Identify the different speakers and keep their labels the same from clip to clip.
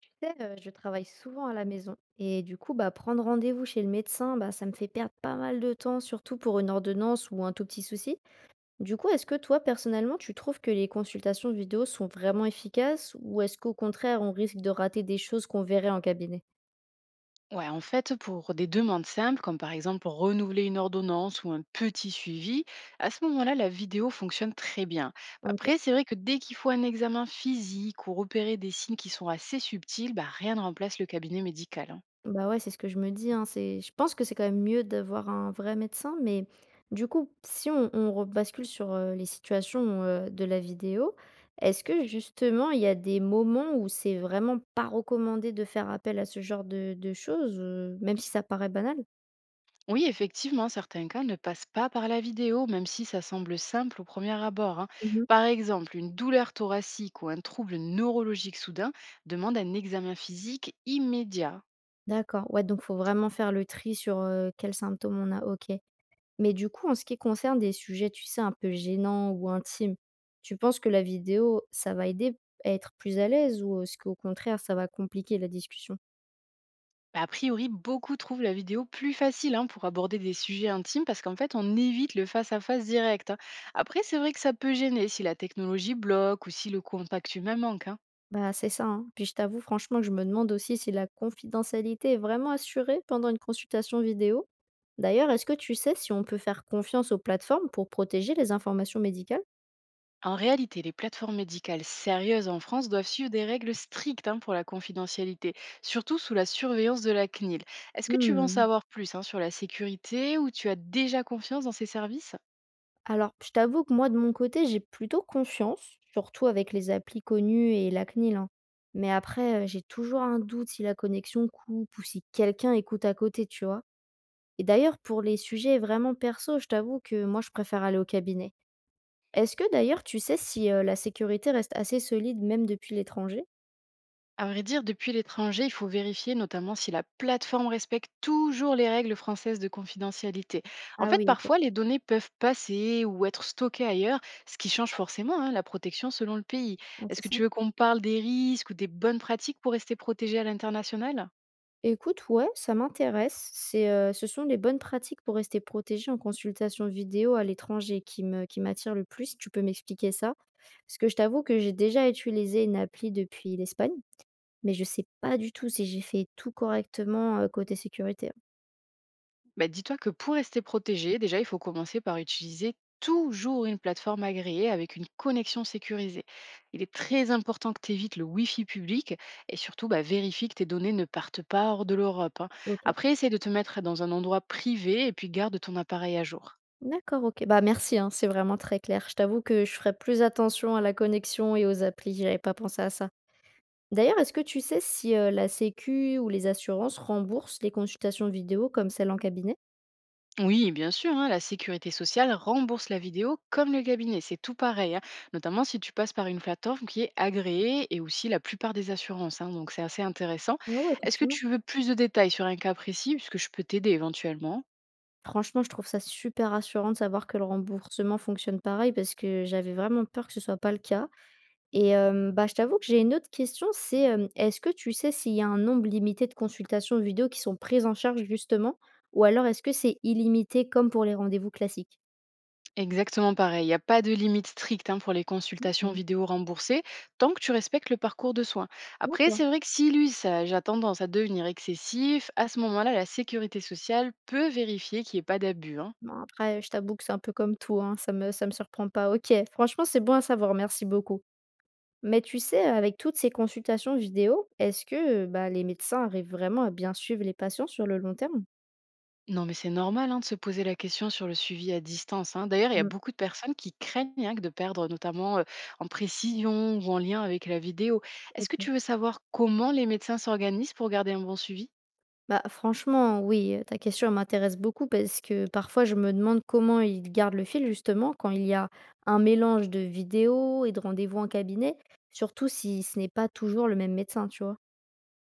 Speaker 1: Tu sais, je travaille souvent à la maison et du coup, bah, prendre rendez-vous chez le médecin, bah, ça me fait perdre pas mal de temps, surtout pour une ordonnance ou un tout petit souci. Du coup, est-ce que toi, personnellement, tu trouves que les consultations vidéo sont vraiment efficaces ou est-ce qu'au contraire, on risque de rater des choses qu'on verrait en cabinet?
Speaker 2: Ouais, en fait, pour des demandes simples, comme par exemple renouveler une ordonnance ou un petit suivi, à ce moment-là, la vidéo fonctionne très bien.
Speaker 1: OK.
Speaker 2: Après, c'est vrai que dès qu'il faut un examen physique ou repérer des signes qui sont assez subtils, bah, rien ne remplace le cabinet médical, hein.
Speaker 1: Bah, ouais, c'est ce que je me dis, hein, c'est je pense que c'est quand même mieux d'avoir un vrai médecin, mais du coup, si on rebascule sur, les situations, de la vidéo, est-ce que justement il y a des moments où c'est vraiment pas recommandé de faire appel à ce genre de choses, même si ça paraît banal?
Speaker 2: Oui, effectivement, certains cas ne passent pas par la vidéo, même si ça semble simple au premier abord, hein.
Speaker 1: Mmh.
Speaker 2: Par exemple, une douleur thoracique ou un trouble neurologique soudain demande un examen physique immédiat.
Speaker 1: D'accord, ouais, donc faut vraiment faire le tri sur, quels symptômes on a, OK. Mais du coup, en ce qui concerne des sujets, tu sais, un peu gênants ou intimes, tu penses que la vidéo, ça va aider à être plus à l'aise ou est-ce qu'au contraire, ça va compliquer la discussion?
Speaker 2: Bah, a priori, beaucoup trouvent la vidéo plus facile, hein, pour aborder des sujets intimes parce qu'en fait, on évite le face-à-face direct, hein. Après, c'est vrai que ça peut gêner si la technologie bloque ou si le contact humain manque, hein.
Speaker 1: Bah, c'est ça, hein. Puis je t'avoue franchement que je me demande aussi si la confidentialité est vraiment assurée pendant une consultation vidéo. D'ailleurs, est-ce que tu sais si on peut faire confiance aux plateformes pour protéger les informations médicales?
Speaker 2: En réalité, les plateformes médicales sérieuses en France doivent suivre des règles strictes, hein, pour la confidentialité, surtout sous la surveillance de la CNIL. Est-ce que tu veux en
Speaker 1: Mmh.
Speaker 2: savoir plus, hein, sur la sécurité ou tu as déjà confiance dans ces services?
Speaker 1: Alors, je t'avoue que moi, de mon côté, j'ai plutôt confiance, surtout avec les applis connues et la CNIL, hein. Mais après, j'ai toujours un doute si la connexion coupe ou si quelqu'un écoute à côté, tu vois? Et d'ailleurs, pour les sujets vraiment perso, je t'avoue que moi, je préfère aller au cabinet. Est-ce que d'ailleurs, tu sais si, la sécurité reste assez solide même depuis l'étranger?
Speaker 2: À vrai dire, depuis l'étranger, il faut vérifier notamment si la plateforme respecte toujours les règles françaises de confidentialité. En
Speaker 1: Ah
Speaker 2: fait,
Speaker 1: oui, OK.
Speaker 2: parfois, les données peuvent passer ou être stockées ailleurs, ce qui change forcément, hein, la protection selon le pays.
Speaker 1: Ouais, c'est
Speaker 2: Est-ce que
Speaker 1: ça.
Speaker 2: tu veux qu'on parle des risques ou des bonnes pratiques pour rester protégé à l'international?
Speaker 1: Écoute, ouais, ça m'intéresse. C'est, ce sont les bonnes pratiques pour rester protégé en consultation vidéo à l'étranger qui m'attire le plus. Si tu peux m'expliquer ça? Parce que je t'avoue que j'ai déjà utilisé une appli depuis l'Espagne, mais je sais pas du tout si j'ai fait tout correctement, côté sécurité.
Speaker 2: Bah, dis-toi que pour rester protégé, déjà, il faut commencer par utiliser toujours une plateforme agréée avec une connexion sécurisée. Il est très important que tu évites le Wi-Fi public et surtout bah, vérifie que tes données ne partent pas hors de l'Europe, hein.
Speaker 1: OK.
Speaker 2: Après, essaye de te mettre dans un endroit privé et puis garde ton appareil à jour.
Speaker 1: D'accord, OK. Bah, merci, hein, c'est vraiment très clair. Je t'avoue que je ferai plus attention à la connexion et aux applis, j'avais pas pensé à ça. D'ailleurs, est-ce que tu sais si, la sécu ou les assurances remboursent les consultations vidéo comme celles en cabinet?
Speaker 2: Oui, bien sûr, hein, la sécurité sociale rembourse la vidéo comme le cabinet, c'est tout pareil, hein, notamment si tu passes par une plateforme qui est agréée et aussi la plupart des assurances, hein, donc c'est assez intéressant.
Speaker 1: Ouais, ouais,
Speaker 2: Est-ce que
Speaker 1: effectivement.
Speaker 2: tu veux plus de détails sur un cas précis, puisque je peux t'aider éventuellement?
Speaker 1: Franchement, je trouve ça super rassurant de savoir que le remboursement fonctionne pareil parce que j'avais vraiment peur que ce soit pas le cas et bah, je t'avoue que j'ai une autre question, c'est, est-ce que tu sais s'il y a un nombre limité de consultations vidéo qui sont prises en charge justement? Ou alors est-ce que c'est illimité comme pour les rendez-vous classiques?
Speaker 2: Exactement pareil, il n'y a pas de limite stricte, hein, pour les consultations
Speaker 1: Mmh.
Speaker 2: vidéo remboursées tant que tu respectes le parcours de soins. Après,
Speaker 1: D'accord.
Speaker 2: c'est vrai que si l'usage a tendance à devenir excessif, à ce moment-là, la sécurité sociale peut vérifier qu'il n'y ait pas d'abus, hein.
Speaker 1: Bon après, je t'avoue que c'est un peu comme tout, hein, ça me surprend pas. OK, franchement, c'est bon à savoir, merci beaucoup. Mais tu sais, avec toutes ces consultations vidéo, est-ce que, bah, les médecins arrivent vraiment à bien suivre les patients sur le long terme?
Speaker 2: Non, mais c'est normal, hein, de se poser la question sur le suivi à distance, hein. D'ailleurs, il y a
Speaker 1: Mmh.
Speaker 2: beaucoup de personnes qui craignent, hein, que de perdre, notamment en précision ou en lien avec la vidéo. Est-ce que
Speaker 1: OK.
Speaker 2: tu veux savoir comment les médecins s'organisent pour garder un bon suivi?
Speaker 1: Bah, franchement, oui, ta question elle m'intéresse beaucoup parce que parfois je me demande comment ils gardent le fil justement quand il y a un mélange de vidéos et de rendez-vous en cabinet, surtout si ce n'est pas toujours le même médecin, tu vois?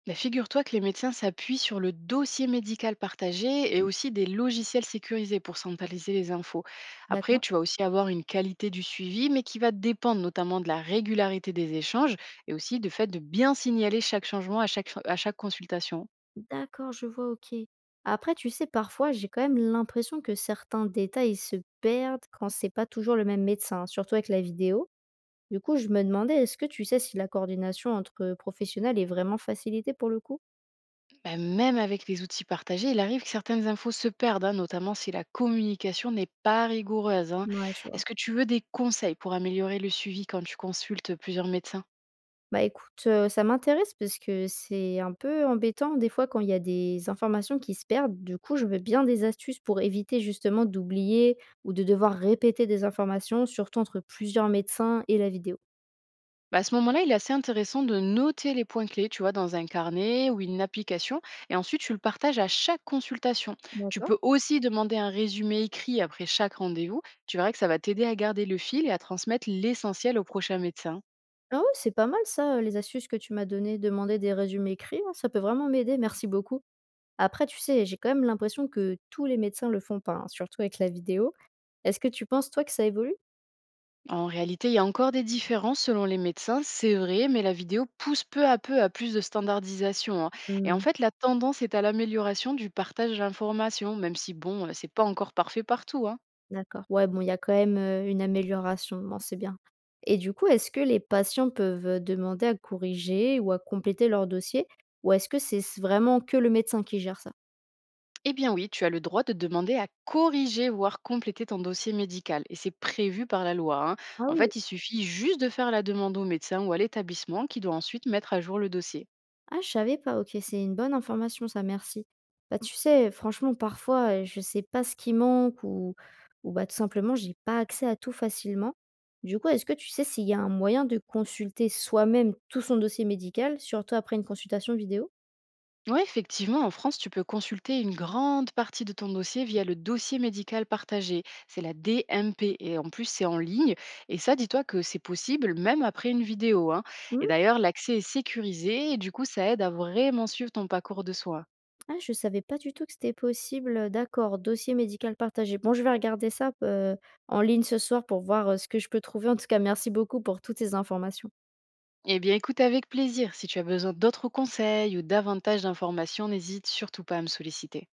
Speaker 2: Bah, figure-toi que les médecins s'appuient sur le dossier médical partagé et aussi des logiciels sécurisés pour centraliser les infos. Après,
Speaker 1: D'accord.
Speaker 2: tu vas aussi avoir une qualité du suivi, mais qui va dépendre notamment de la régularité des échanges et aussi du fait de bien signaler chaque changement à chaque consultation, hein.
Speaker 1: D'accord, je vois, OK. Après, tu sais, parfois j'ai quand même l'impression que certains détails se perdent quand c'est pas toujours le même médecin, surtout avec la vidéo. Du coup, je me demandais, est-ce que tu sais si la coordination entre professionnels est vraiment facilitée pour le coup?
Speaker 2: Bah, même avec les outils partagés, il arrive que certaines infos se perdent, hein, notamment si la communication n'est pas rigoureuse, hein.
Speaker 1: Ouais, je vois.
Speaker 2: Est-ce que tu veux des conseils pour améliorer le suivi quand tu consultes plusieurs médecins?
Speaker 1: Bah écoute, ça m'intéresse parce que c'est un peu embêtant des fois quand il y a des informations qui se perdent. Du coup, je veux bien des astuces pour éviter justement d'oublier ou de devoir répéter des informations, surtout entre plusieurs médecins et la vidéo.
Speaker 2: Bah, à ce moment-là, il est assez intéressant de noter les points clés, tu vois, dans un carnet ou une application, et ensuite tu le partages à chaque consultation. Tu
Speaker 1: D'accord.
Speaker 2: peux aussi demander un résumé écrit après chaque rendez-vous. Tu verras que ça va t'aider à garder le fil et à transmettre l'essentiel au prochain médecin.
Speaker 1: Ah ouais, c'est pas mal ça, les astuces que tu m'as données. Demander des résumés écrits, hein, ça peut vraiment m'aider. Merci beaucoup. Après, tu sais, j'ai quand même l'impression que tous les médecins le font pas, hein, surtout avec la vidéo. Est-ce que tu penses, toi, que ça évolue?
Speaker 2: En réalité, il y a encore des différences selon les médecins, c'est vrai, mais la vidéo pousse peu à peu à plus de standardisation, hein. Et en
Speaker 1: Mmh,
Speaker 2: fait, la tendance est à l'amélioration du partage d'informations, même si bon, c'est pas encore parfait partout, hein.
Speaker 1: d'accord. Ouais, bon, il y a quand même, une amélioration, bon, c'est bien. Et du coup, est-ce que les patients peuvent, demander à corriger ou à compléter leur dossier? Ou est-ce que c'est s vraiment que le médecin qui gère ça?
Speaker 2: Eh bien oui, tu as le droit de demander à corriger, voire compléter ton dossier médical, et c'est prévu par la loi, hein.
Speaker 1: Ah
Speaker 2: En
Speaker 1: oui.
Speaker 2: fait, il suffit juste de faire la demande au médecin ou à l'établissement qui doit ensuite mettre à jour le dossier.
Speaker 1: Ah, je savais pas, OK, c'est une bonne information ça, merci. Bah, tu sais, franchement, parfois, je sais pas ce qui manque ou bah, tout simplement, j'ai pas accès à tout facilement. Du coup, est-ce que tu sais s'il y a un moyen de consulter soi-même tout son dossier médical, surtout après une consultation vidéo?
Speaker 2: Oui, effectivement, en France, tu peux consulter une grande partie de ton dossier via le dossier médical partagé. C'est la DMP et en plus, c'est en ligne. Et ça, dis-toi que c'est possible même après une vidéo, hein. Et
Speaker 1: Mmh,
Speaker 2: d'ailleurs, l'accès est sécurisé et du coup, ça aide à vraiment suivre ton parcours de soins.
Speaker 1: ah, je savais pas du tout que c'était possible, d'accord, dossier médical partagé. Bon, je vais regarder ça, en ligne ce soir pour voir, ce que je peux trouver. En tout cas, merci beaucoup pour toutes ces informations.
Speaker 2: Eh bien, écoute avec plaisir. Si tu as besoin d'autres conseils ou davantage d'informations, n'hésite surtout pas à me solliciter.